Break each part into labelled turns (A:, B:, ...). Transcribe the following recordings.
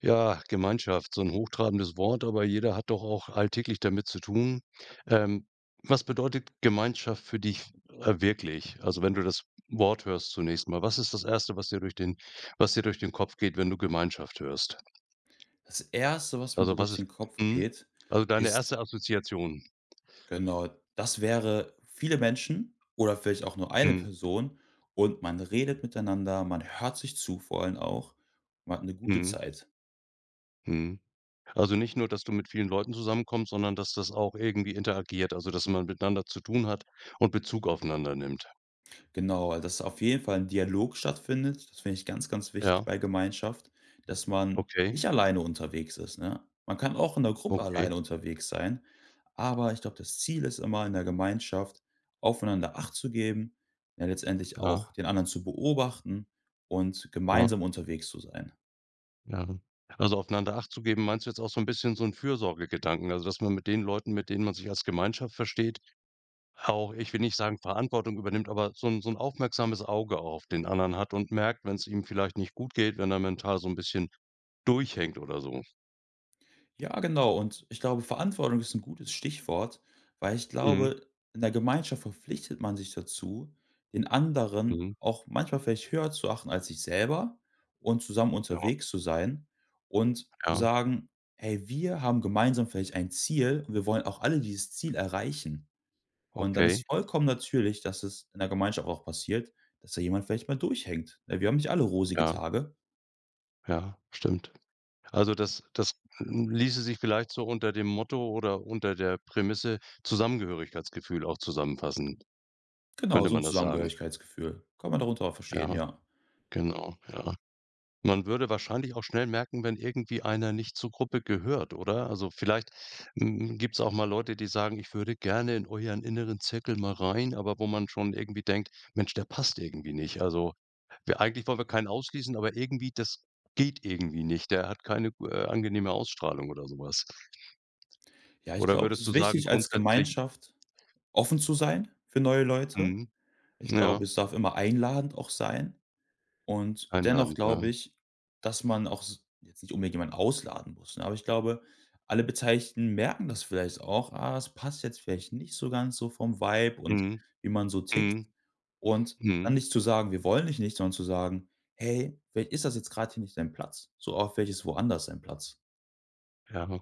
A: Ja, Gemeinschaft, so ein hochtrabendes Wort, aber jeder hat doch auch alltäglich damit zu tun. Ähm, was bedeutet Gemeinschaft für dich, wirklich? Also, wenn du das Wort hörst zunächst mal, was ist das erste, was dir durch den Kopf geht, wenn du Gemeinschaft hörst?
B: Das erste, was mir so
A: Also, was
B: durch
A: ist
B: den Kopf
A: mhm,
B: geht,
A: also, deine
B: ist
A: erste Assoziation.
B: genau, das wäre viele Menschen oder vielleicht auch nur eine
A: Mhm,
B: Person und man redet miteinander, man hört sich zu vor allem auch, man hat eine gute
A: mhm,
B: Zeit.
A: mhm. Also, nicht nur, dass du mit vielen Leuten zusammenkommst, sondern dass das auch irgendwie interagiert, also, dass man miteinander zu tun hat und Bezug aufeinander nimmt.
B: Genau, also dass auf jeden Fall ein Dialog stattfindet. Das finde ich ganz, ganz wichtig
A: Ja,
B: bei Gemeinschaft, dass man
A: okay,
B: nicht alleine unterwegs ist, ne? Man kann auch in der Gruppe
A: okay,
B: alleine unterwegs sein, aber ich glaube, das Ziel ist immer, in der Gemeinschaft aufeinander Acht zu geben, ja letztendlich auch
A: ja,
B: den anderen zu beobachten und
A: ja.
B: gemeinsam unterwegs zu sein.
A: Ja. Also, aufeinander Acht zu geben, meinst du jetzt auch so ein bisschen so ein Fürsorgegedanken? Also, dass man mit den Leuten, mit denen man sich als Gemeinschaft versteht, auch ich will nicht sagen Verantwortung übernimmt, aber so ein aufmerksames Auge auf den anderen hat und merkt, wenn es ihm vielleicht nicht gut geht, wenn er mental so ein bisschen durchhängt oder so.
B: Ja, genau. Und ich glaube, Verantwortung ist ein gutes Stichwort, weil ich
A: Mhm,
B: glaube, in der Gemeinschaft verpflichtet man sich dazu, den anderen
A: mhm.
B: auch manchmal vielleicht höher zu achten als sich selber und zusammen
A: Ja,
B: unterwegs zu sein und zu
A: ja,
B: sagen: „Hey, wir haben gemeinsam vielleicht ein Ziel und wir wollen auch alle dieses Ziel erreichen.“ Und dann
A: okay.
B: ist vollkommen natürlich, dass es in der Gemeinschaft auch passiert, dass da jemand vielleicht mal durchhängt. Ne, wir haben nicht alle rosige
A: Ja,
B: Tage.
A: ja, stimmt. Also, das das ließe sich vielleicht so unter dem Motto oder unter der Prämisse Zusammengehörigkeitsgefühl auch zusammenfassen,
B: Genau,
A: könnte
B: so ein
A: man das sagen.
B: Zusammengehörigkeitsgefühl. Kann man darunter auch verstehen,
A: Ja,
B: ja.
A: genau, ja. Man würde wahrscheinlich auch schnell merken, wenn irgendwie einer nicht zur Gruppe gehört, oder? Also, vielleicht, gibt es auch mal Leute, die sagen: „Ich würde gerne in euren inneren Zirkel mal rein“, aber wo man schon irgendwie denkt: „Mensch, der passt irgendwie nicht.“ Also, wir eigentlich wollen wir keinen ausschließen, aber irgendwie das geht irgendwie nicht. Der hat keine angenehme Ausstrahlung oder sowas.
B: Ja, ich
A: Oder
B: glaube, es
A: würdest
B: ist
A: du sagen,
B: wichtig, als
A: grundsätzlich
B: Gemeinschaft offen zu sein für neue Leute.
A: mhm,
B: Ich glaube,
A: ja,
B: es darf immer einladend auch sein. Und dennoch
A: einladend, ja.
B: glaube ich, dass man auch s jetzt nicht unbedingt jemanden ausladen muss, ne? Aber ich glaube, alle Beteiligten merken das vielleicht auch: „Ah, es passt jetzt vielleicht nicht so ganz so vom Vibe und
A: Mhm,
B: wie man so tickt.“
A: mhm,
B: Und dann
A: mhm,
B: nicht zu sagen: „Wir wollen dich nicht“, sondern zu sagen: „Hey, vielleicht ist das jetzt gerade hier nicht dein Platz.“ So, aber welches woanders dein Platz.
A: ja.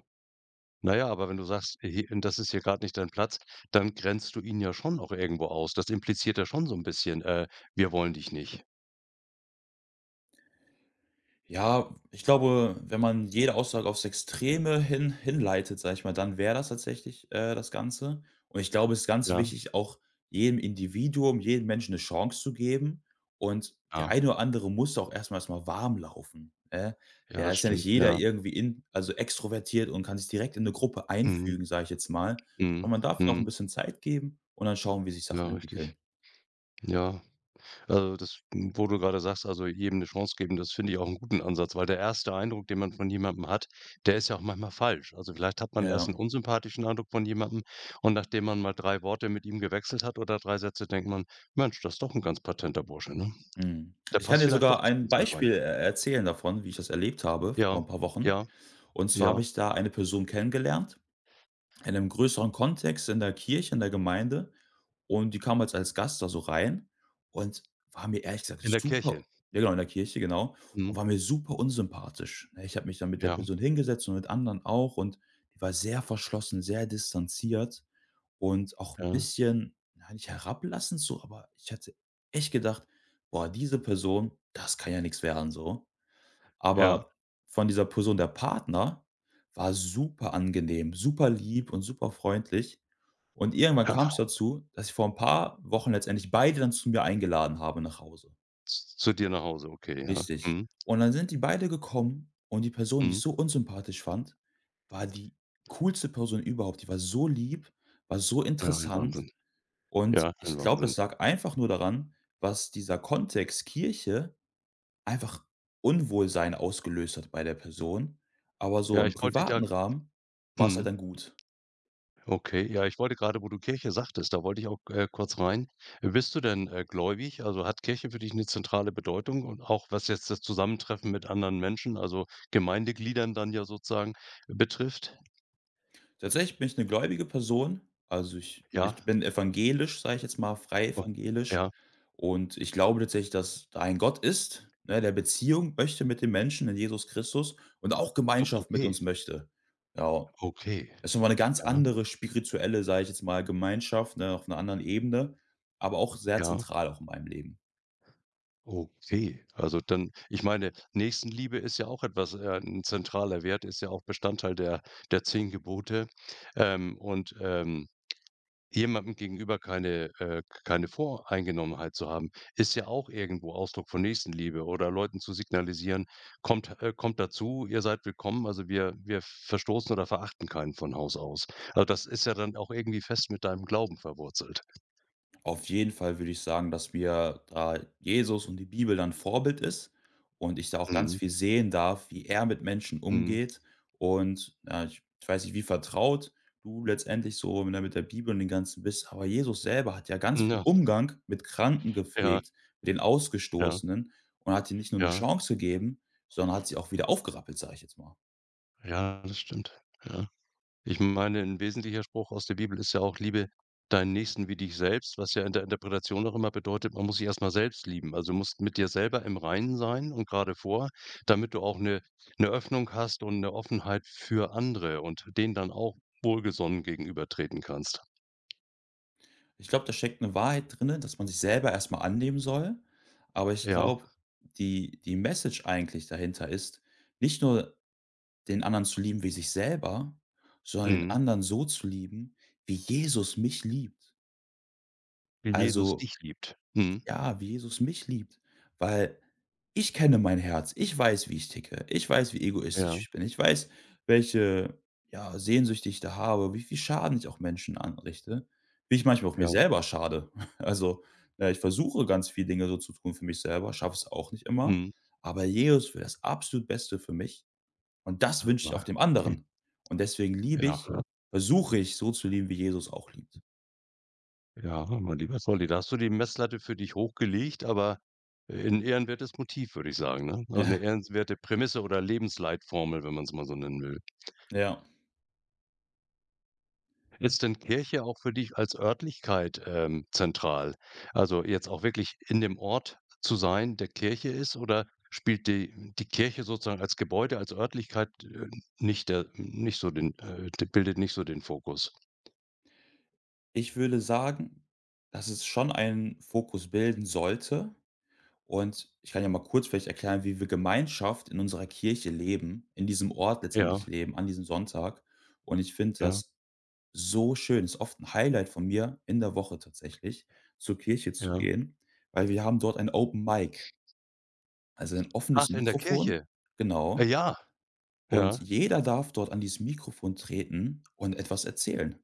A: Na ja, aber wenn du sagst: „He das ist hier gerade nicht dein Platz“, dann grenzt du ihn ja schon auch irgendwo aus. Das impliziert ja schon so ein bisschen, „Wir wollen dich nicht.“
B: Ja, ich glaube, wenn man jede Aussage aufs Extreme hin hinleitet, sage ich mal, dann wäre das tatsächlich, das Ganze. Und ich glaube, es ist ganz
A: Ja,
B: wichtig, auch jedem Individuum, jedem Menschen eine Chance zu geben. Und der
A: ja,
B: eine oder andere muss auch erstmal warm laufen, ne?
A: ja,
B: Der
A: das
B: ist ja nicht
A: stimmt,
B: jeder
A: ja.
B: irgendwie in also, extrovertiert und kann sich direkt in eine Gruppe
A: Mhm,
B: einfügen, sage ich jetzt mal.
A: mhm,
B: Und man darf ihnen auch ein
A: mhm.
B: bisschen Zeit geben und dann schauen, wie sich
A: Ja,
B: Sachen
A: richtig.
B: entwickeln.
A: Ja, also, das m, wo du gerade sagst, also, jedem eine Chance geben, das finde ich auch einen guten Ansatz, weil der erste Eindruck, den man von jemandem hat, der ist ja auch manchmal falsch. Also, vielleicht hat
B: Ja,
A: man erst einen
B: ja.
A: unsympathischen Eindruck von jemandem und nachdem man mal 3 Worte mit ihm gewechselt hat oder 3 Sätze, denkt man: „Mensch, das ist doch ein ganz patenter Bursche, ne?“
B: Mhm.
A: Der
B: Ich kann
A: passt
B: dir
A: vielleicht doch
B: sogar
A: zu
B: ein
A: uns mit rein.
B: Beispiel e erzählen davon, wie ich das erlebt habe vor
A: Ja,
B: ein paar Wochen.
A: ja,
B: Und zwar habe
A: ja,
B: ich da eine Person kennengelernt in einem größeren Kontext in der Kirche, in der Gemeinde und die kam jetzt als Gast da so rein und war mir ehrlich gesagt
A: in der Kirche.
B: super, ja, genau, in der Kirche, genau,
A: Mhm.
B: und war mir super unsympathisch, ne? Ich habe mich dann mit der
A: Ja,
B: Person hingesetzt und mit anderen auch und die war sehr verschlossen, sehr distanziert und auch ein
A: ja,
B: bisschen, na, nicht herablassend so, aber ich hatte echt gedacht: „Boah, diese Person, das kann ja nichts werden so.“
A: ja,
B: Aber von dieser Person der Partner war super angenehm, super lieb und super freundlich. Und irgendwann
A: ja.
B: kam es dazu, dass ich vor ein paar Wochen letztendlich beide dann zu mir eingeladen habe nach Hause.
A: Z zu dir nach Hause, okay, ja.
B: Richtig.
A: Mhm,
B: Und dann sind die beide gekommen und die Person, die ich
A: mhm.
B: so unsympathisch fand, war die coolste Person überhaupt. Die war so lieb, war so
A: Ja, ein
B: interessant
A: Wahnsinn.
B: und
A: Ja, ein
B: ich glaube,
A: Wahnsinn.
B: das lag einfach nur daran, was dieser Kontext Kirche einfach Unwohlsein ausgelöst hat bei der Person, aber so
A: Ja,
B: im
A: ich wollte da
B: privaten Rahmen war es halt
A: mhm,
B: dann gut.
A: okay. Ja, ich wollte gerade wo du Kirche sagtest, da wollte ich auch, kurz rein. Bist du denn, gläubig? Also, hat Kirche für dich eine zentrale Bedeutung und auch was jetzt das Zusammentreffen mit anderen Menschen, also, Gemeindegliedern dann ja sozusagen betrifft?
B: Tatsächlich bin ich 'ne gläubige Person, also ich
A: Ja?
B: bin evangelisch, sage ich jetzt mal, frei
A: O
B: evangelisch
A: ja.
B: und ich glaube tatsächlich, dass da ein Gott ist, ne, der Beziehung möchte mit den Menschen in Jesus Christus und auch
A: O
B: Gemeinschaft mit
A: okay,
B: uns möchte. Ja.
A: okay.
B: Ist noch mal 'ne ganz
A: Ja,
B: andere spirituelle, sage ich jetzt mal, Gemeinschaft, ne, auf 'ner anderen Ebene, aber auch sehr
A: ja.
B: zentral auch in meinem Leben.
A: Okay, also dann ich meine, Nächstenliebe ist ja auch etwas 'n zentraler Wert, ist ja auch Bestandteil der 10 Gebote. Ähm, und, ähm, jemandem gegenüber keine keine Voreingenommenheit zu haben, ist ja auch irgendwo Ausdruck von Nächstenliebe oder Leuten zu signalisieren: „Kommt kommt dazu, ihr seid willkommen, also wir verstoßen oder verachten keinen von Haus aus.“ Also, das ist ja dann auch irgendwie fest mit deinem Glauben verwurzelt.
B: Auf jeden Fall würde ich sagen, dass mir da Jesus und die Bibel dann Vorbild ist und ich da auch ganz
A: Mhm,
B: viel sehen darf, wie er mit Menschen
A: mhm.
B: umgeht und, ja, ich weiß nicht, wie vertraut du letztendlich so, ne, mit der Bibel und dem Ganzen bist, aber Jesus selber hat ja ganz viel
A: Ja,
B: Umgang mit Kranken
A: ja,
B: gepflegt, mit den
A: ja,
B: Ausgestoßenen und hat ihnen nicht nur 'ne
A: ja.
B: Chance gegeben, sondern hat sie auch wieder aufgerappelt, sage ich jetzt mal.
A: Ja, das stimmt. Ja. Ich meine, ein wesentlicher Spruch aus der Bibel ist ja auch: „Liebe deinen Nächsten wie dich selbst“, was ja in der Interpretation auch immer bedeutet, man muss sich erst mal selbst lieben. Also, du musst mit dir selber im Reinen sein und gerade vor, damit du auch eine Öffnung hast und eine Offenheit für andere und denen dann auch wohlgesonnen gegenübertreten kannst.
B: Ich glaube, da steckt eine Wahrheit drinnen, dass man sich selber erst mal annehmen soll. Aber ich
A: Ja,
B: glaube, die Message eigentlich dahinter ist, nicht nur den anderen zu lieben wie sich selber, sondern den
A: mhm.
B: anderen so zu lieben, wie Jesus mich liebt.
A: Wie Jesus
B: Also
A: dich liebt. Mhm.
B: ja, wie Jesus mich liebt, weil ich kenne mein Herz. Ich weiß, wie ich ticke. Ich weiß, wie
A: Ja,
B: egoistisch ich bin. Ich weiß, welche, ja, Sehnsüchte ich da habe, wie viel Schaden ich auch Menschen anrichte, wie ich manchmal auch mir
A: ja.
B: selber schade. Also, ja, ich versuche ganz viel Dinge so zu tun für mich selber, schaffe es auch nicht immer,
A: Mhm.
B: aber Jesus will das absolut Beste für mich und das wünsche ich auch
A: Ah,
B: dem
A: okay.
B: anderen. Und deswegen liebe
A: Ja.
B: ich versuche ich, so zu lieben, wie Jesus auch liebt.
A: Ja, mein lieber Solly, da hast du die Messlatte für dich hochgelegt, aber ein ehrenwertes Motiv, würde ich sagen, ne? Also eine
B: Ja,
A: ehrenwerte Prämisse oder Lebensleitformel, wenn man es mal so nennen will.
B: ja.
A: Ist denn Kirche auch für dich als Örtlichkeit, zentral? Also, jetzt auch wirklich in dem Ort zu sein, der Kirche ist, oder spielt die Kirche sozusagen als Gebäude, als Örtlichkeit, nicht der nicht so den d bildet nicht so den Fokus?
B: Ich würde sagen, dass es schon einen Fokus bilden sollte. Und ich kann ja mal kurz vielleicht erklären, wie wir Gemeinschaft in unserer Kirche leben, in diesem Ort letztendlich
A: Ja,
B: leben, an diesem Sonntag. Und ich finde
A: ja,
B: das so schön. Ist oft ein Highlight von mir in der Woche tatsächlich, zur Kirche zu
A: ja.
B: gehen, weil wir haben dort ein Open Mic, also ein offenes
A: Ach, in der
B: Mikrofon.
A: Kirche?
B: Genau.
A: Ja,
B: Und
A: ja,
B: jeder darf dort an dieses Mikrofon treten und etwas erzählen,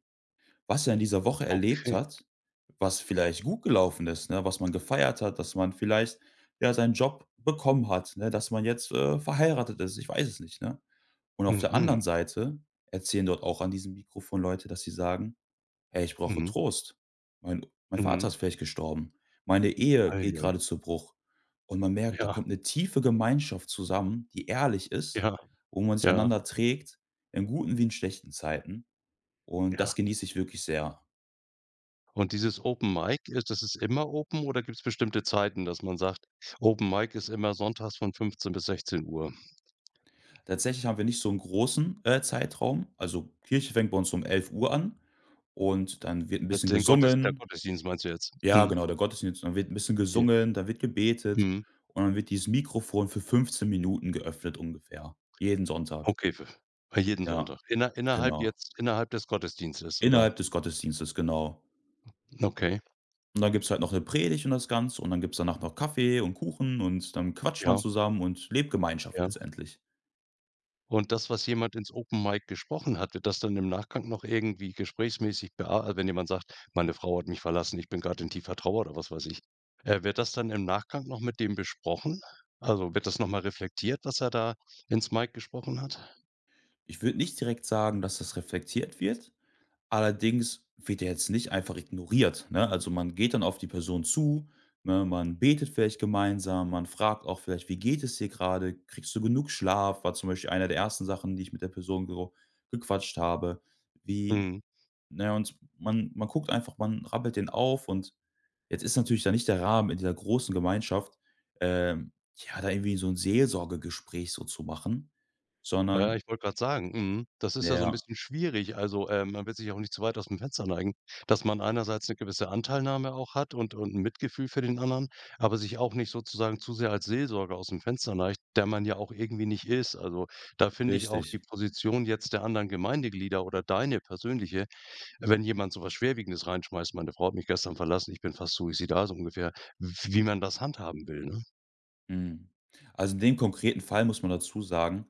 B: was er in dieser Woche erlebt
A: okay.
B: hat, was vielleicht gut gelaufen ist, ne, was man gefeiert hat, dass man vielleicht, ja, seinen Job bekommen hat, ne, dass man jetzt, verheiratet ist, ich weiß es nicht, ne? Und auf der
A: Mhm.
B: anderen Seite erzählen dort auch an diesem Mikrofon Leute, dass sie sagen: „Hey, ich brauche
A: Mhm,
B: Trost. Mein Vater
A: mhm.
B: ist vielleicht gestorben. Meine Ehe
A: Ei,
B: geht
A: ei.
B: gerade zu Bruch.“ Und man merkt, da
A: Ja,
B: kommt eine tiefe Gemeinschaft zusammen, die ehrlich ist,
A: ja,
B: wo man sich
A: ja,
B: einander trägt, in guten wie in schlechten Zeiten. Und
A: ja.
B: das genieße ich wirklich sehr.
A: Und dieses Open Mic, ist, das ist immer open oder gibt's bestimmte Zeiten, dass man sagt: „Open Mic ist immer sonntags von 15 bis 16:00?“
B: Tatsächlich haben wir nicht so einen großen, Zeitraum. Also, Kirche fängt bei uns um 11 Uhr an und dann wird ein bisschen
A: Den Gottes der
B: gesungen.
A: Gottesdienst meinst du jetzt?
B: Ja,
A: Mhm.
B: genau, der Gottesdienst, dann wird ein bisschen
A: Ja.
B: gesungen, dann wird gebetet
A: Mhm.
B: und dann wird dieses Mikrofon für 15 Minuten geöffnet ungefähr, jeden Sonntag.
A: Okay, w bei jeden
B: Ja,
A: Sonntag.
B: genau.
A: Innerhalb des Gottesdienstes, oder?
B: Innerhalb des Gottesdienstes, genau.
A: Okay,
B: Und dann gibt's halt noch eine Predigt und das Ganze und dann gibt's danach noch Kaffee und Kuchen und dann quatscht man
A: ja,
B: zusammen und lebt Gemeinschaft
A: ja.
B: letztendlich.
A: Und das, was jemand ins Open Mic gesprochen hat, wird das dann im Nachgang noch irgendwie gesprächsmäßig bearbeitet? Wenn jemand sagt: „Meine Frau hat mich verlassen, ich bin gerade in tiefer Trauer“ oder was weiß ich. Wird das dann im Nachgang noch mit dem besprochen? Also, wird das noch mal reflektiert, was er da ins Mic gesprochen hat?
B: Ich würde nicht direkt sagen, dass das reflektiert wird. Allerdings wird er jetzt nicht einfach ignoriert, ne? Also, man geht dann auf die Person zu, ne, man betet vielleicht gemeinsam, man fragt auch vielleicht: „Wie geht es dir gerade? Kriegst du genug Schlaf?“ War zum Beispiel eine der ersten Sachen, die ich mit der Person gero gequatscht habe. Wie
A: Mhm.
B: ne, und man guckt einfach, man rappelt den auf und jetzt ist natürlich da nicht der Rahmen in dieser großen Gemeinschaft, ähm, ja, da irgendwie so ein Seelsorgegespräch so zu machen,
A: Ja,
B: sondern
A: ich wollte gerade sagen, mhm, das ist ja so ein
B: ja,
A: bisschen schwierig. Also, man will sich ja auch nicht zu weit aus dem Fenster neigen, dass man einerseits eine gewisse Anteilnahme auch hat und 'n Mitgefühl für den anderen, aber sich auch nicht sozusagen zu sehr als Seelsorger aus dem Fenster neigt, der man ja auch irgendwie nicht ist. Also, da finde ich auch die
B: richtig.
A: Position jetzt der anderen Gemeindeglieder oder deine persönliche, wenn jemand so was Schwerwiegendes reinschmeißt: „Meine Frau hat mich gestern verlassen, ich bin fast suizidal“, so ungefähr, wie man das handhaben will, ne?
B: Mhm. Also, in dem konkreten Fall muss man dazu sagen,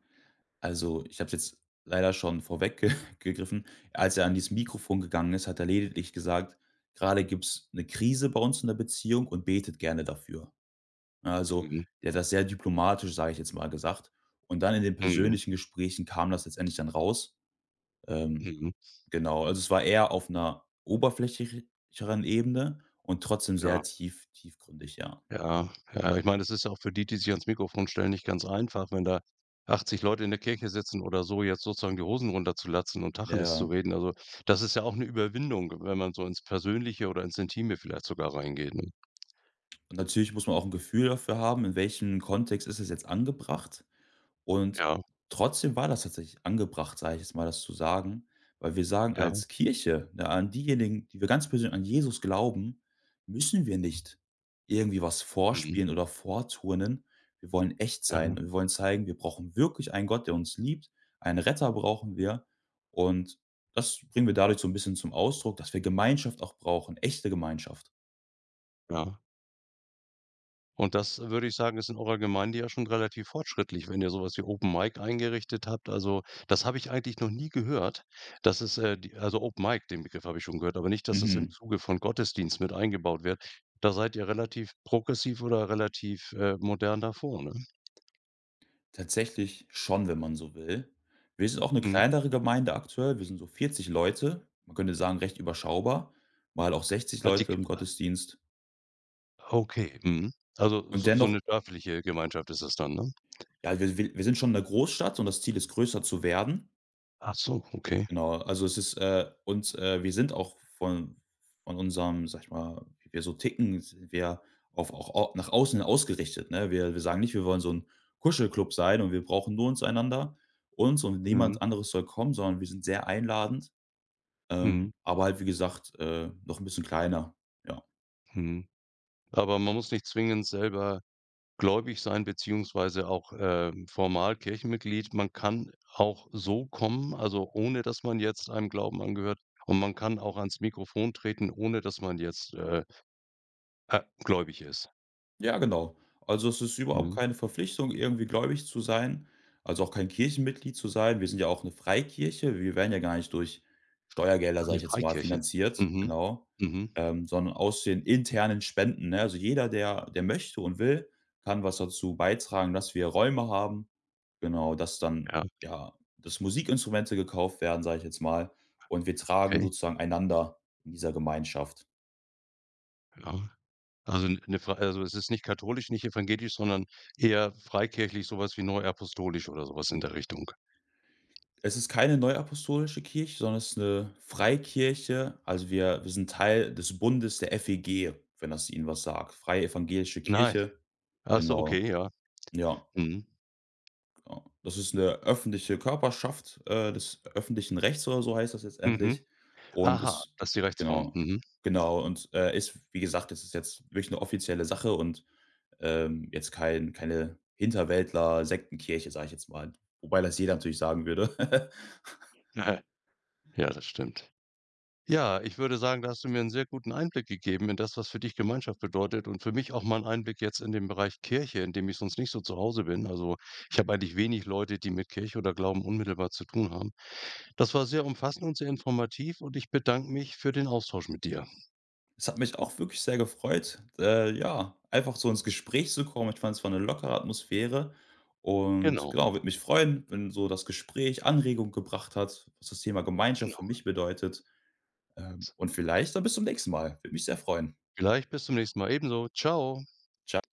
B: also, ich habe es jetzt leider schon vorweg gegriffen. Als er an dieses Mikrofon gegangen ist, hat er lediglich gesagt: „Grade gibt's eine Krise bei uns in der Beziehung und betet gerne dafür.“ Ja, also,
A: Mhm,
B: der hat das sehr diplomatisch, sage ich jetzt mal, gesagt. Und dann in den
A: mhm,
B: persönlichen Gesprächen kam das letztendlich dann raus. Ähm,
A: mhm,
B: genau, also, es war eher auf einer oberflächlicheren Ebene und trotzdem sehr
A: ja.
B: tiefgründig, ja.
A: Ja, ja, ich meine, das ist auch für die, die sich ans Mikrofon stellen, nicht ganz einfach, wenn da 80 Leute in der Kirche sitzen oder so, jetzt sozusagen die Hosen runterzulassen und
B: Ja,
A: Tacheles zu
B: ja.
A: reden. Also, das ist ja auch eine Überwindung, wenn man so ins Persönliche oder ins Intime vielleicht sogar reingeht, ne?
B: Und natürlich muss man auch ein Gefühl dafür haben, in welchem Kontext ist es jetzt angebracht. Und
A: Ja,
B: trotzdem war das tatsächlich angebracht, sage ich jetzt mal, das zu sagen, weil wir sagen
A: ja,
B: als Kirche, ne, an diejenigen, die wir ganz persönlich an Jesus glauben, müssen wir nicht irgendwie was
A: mhm,
B: vorspielen oder vorturnen. Wir wollen echt
A: ja,
B: sein und wir wollen zeigen, wir brauchen wirklich einen Gott, der uns liebt, einen Retter brauchen wir. Und das bringen wir dadurch so ein bisschen zum Ausdruck, dass wir Gemeinschaft auch brauchen, echte Gemeinschaft.
A: ja. Und das würde ich sagen, ist in eurer Gemeinde ja schon relativ fortschrittlich, wenn ihr sowas wie Open Mic eingerichtet habt. Also, das habe ich eigentlich noch nie gehört. Das ist die also Open Mic, den Begriff habe ich schon gehört, aber nicht, dass das im
B: Mhm.
A: Zuge von Gottesdienst mit eingebaut wird. Da seid ihr relativ progressiv oder relativ, modern davor, ne?
B: Tatsächlich schon, wenn man so will. Wir sind auch eine
A: Mhm.
B: kleinere Gemeinde aktuell. Wir sind so 40 Leute. Man könnte sagen, recht überschaubar, mal auch 60
A: Die
B: Leute im Gottesdienst.
A: okay, mhm. Also,
B: Und
A: so so
B: dennoch,
A: 'ne dörfliche Gemeinschaft ist das dann, ne?
B: ja, wir sind schon 'ne Großstadt und das Ziel ist, größer zu werden.
A: Ach so, okay.
B: Genau, also es ist, und, wir sind auch von unserem, sag ich mal, wie wir so ticken, sind wir auf auch au nach außen hin ausgerichtet, ne? Wir sagen nicht, wir wollen so ein Kuschelclub sein und wir brauchen nur uns einander, uns und
A: Mhm,
B: niemand anderes soll kommen, sondern wir sind sehr einladend.
A: mhm,
B: Aber halt, wie gesagt, noch ein bisschen kleiner, ja.
A: mhm. Aber man muss nicht zwingend selber gläubig sein beziehungsweise auch, formal Kirchenmitglied. Man kann auch so kommen, also ohne dass man jetzt einem Glauben angehört, und man kann auch ans Mikrofon treten, ohne dass man jetzt, gläubig ist.
B: Ja, genau. Also, es ist überhaupt
A: Mhm.
B: keine Verpflichtung, irgendwie gläubig zu sein, also auch kein Kirchenmitglied zu sein. Wir sind ja auch eine Freikirche. Wir werden ja gar nicht durch Steuergelder, sage
A: Eine
B: ich jetzt mal,
A: Freikirche.
B: finanziert,
A: Mhm.
B: genau,
A: Mhm.
B: sondern aus den internen Spenden, ne? Also, jeder, der möchte und will, kann was dazu beitragen, dass wir Räume haben. Genau, dass dann,
A: Ja,
B: ja, dass Musikinstrumente gekauft werden, sage ich jetzt mal, und wir tragen
A: okay,
B: sozusagen einander in dieser Gemeinschaft.
A: ja. Also n- eine Frei also es ist nicht katholisch, nicht evangelisch, sondern eher freikirchlich, sowas wie neuapostolisch oder sowas in der Richtung.
B: Es ist keine neuapostolische Kirche, sondern es ist eine Freikirche. Also, wir sind Teil des Bundes der FEG, wenn das Ihnen was sagt. Freie Evangelische
A: Nein.
B: Kirche.
A: Ach so,
B: Genau.
A: okay, ja.
B: Ja,
A: Mhm.
B: genau. Das ist eine öffentliche Körperschaft, des öffentlichen Rechts oder so heißt das letztendlich
A: Mhm.
B: und
A: Aha,
B: ist
A: das ist die Rechtsform.
B: genau,
A: Mhm.
B: genau und, ist wie gesagt, es ist jetzt wirklich eine offizielle Sache und, jetzt keine Hinterwäldler-Sektenkirche, sage ich jetzt mal, wobei das jeder natürlich sagen würde.
A: Ja, das stimmt. Ja, ich würde sagen, da hast du mir einen sehr guten Einblick gegeben in das, was für dich Gemeinschaft bedeutet und für mich auch mal einen Einblick jetzt in den Bereich Kirche, in dem ich sonst nicht so zu Hause bin. Also, ich habe eigentlich wenig Leute, die mit Kirche oder Glauben unmittelbar zu tun haben. Das war sehr umfassend und sehr informativ und ich bedanke mich für den Austausch mit dir.
B: Es hat mich auch wirklich sehr gefreut, ja, einfach so ins Gespräch zu kommen. Ich fand, es war 'ne lockere Atmosphäre und
A: Genau,
B: genau, würde mich freuen, wenn so das Gespräch Anregung gebracht hat, was das Thema Gemeinschaft für
A: genau.
B: mich bedeutet. Und vielleicht dann bis zum nächsten Mal. Würde mich sehr freuen.
A: Vielleicht bis zum nächsten Mal. Ebenso. Ciao.
B: Tschau.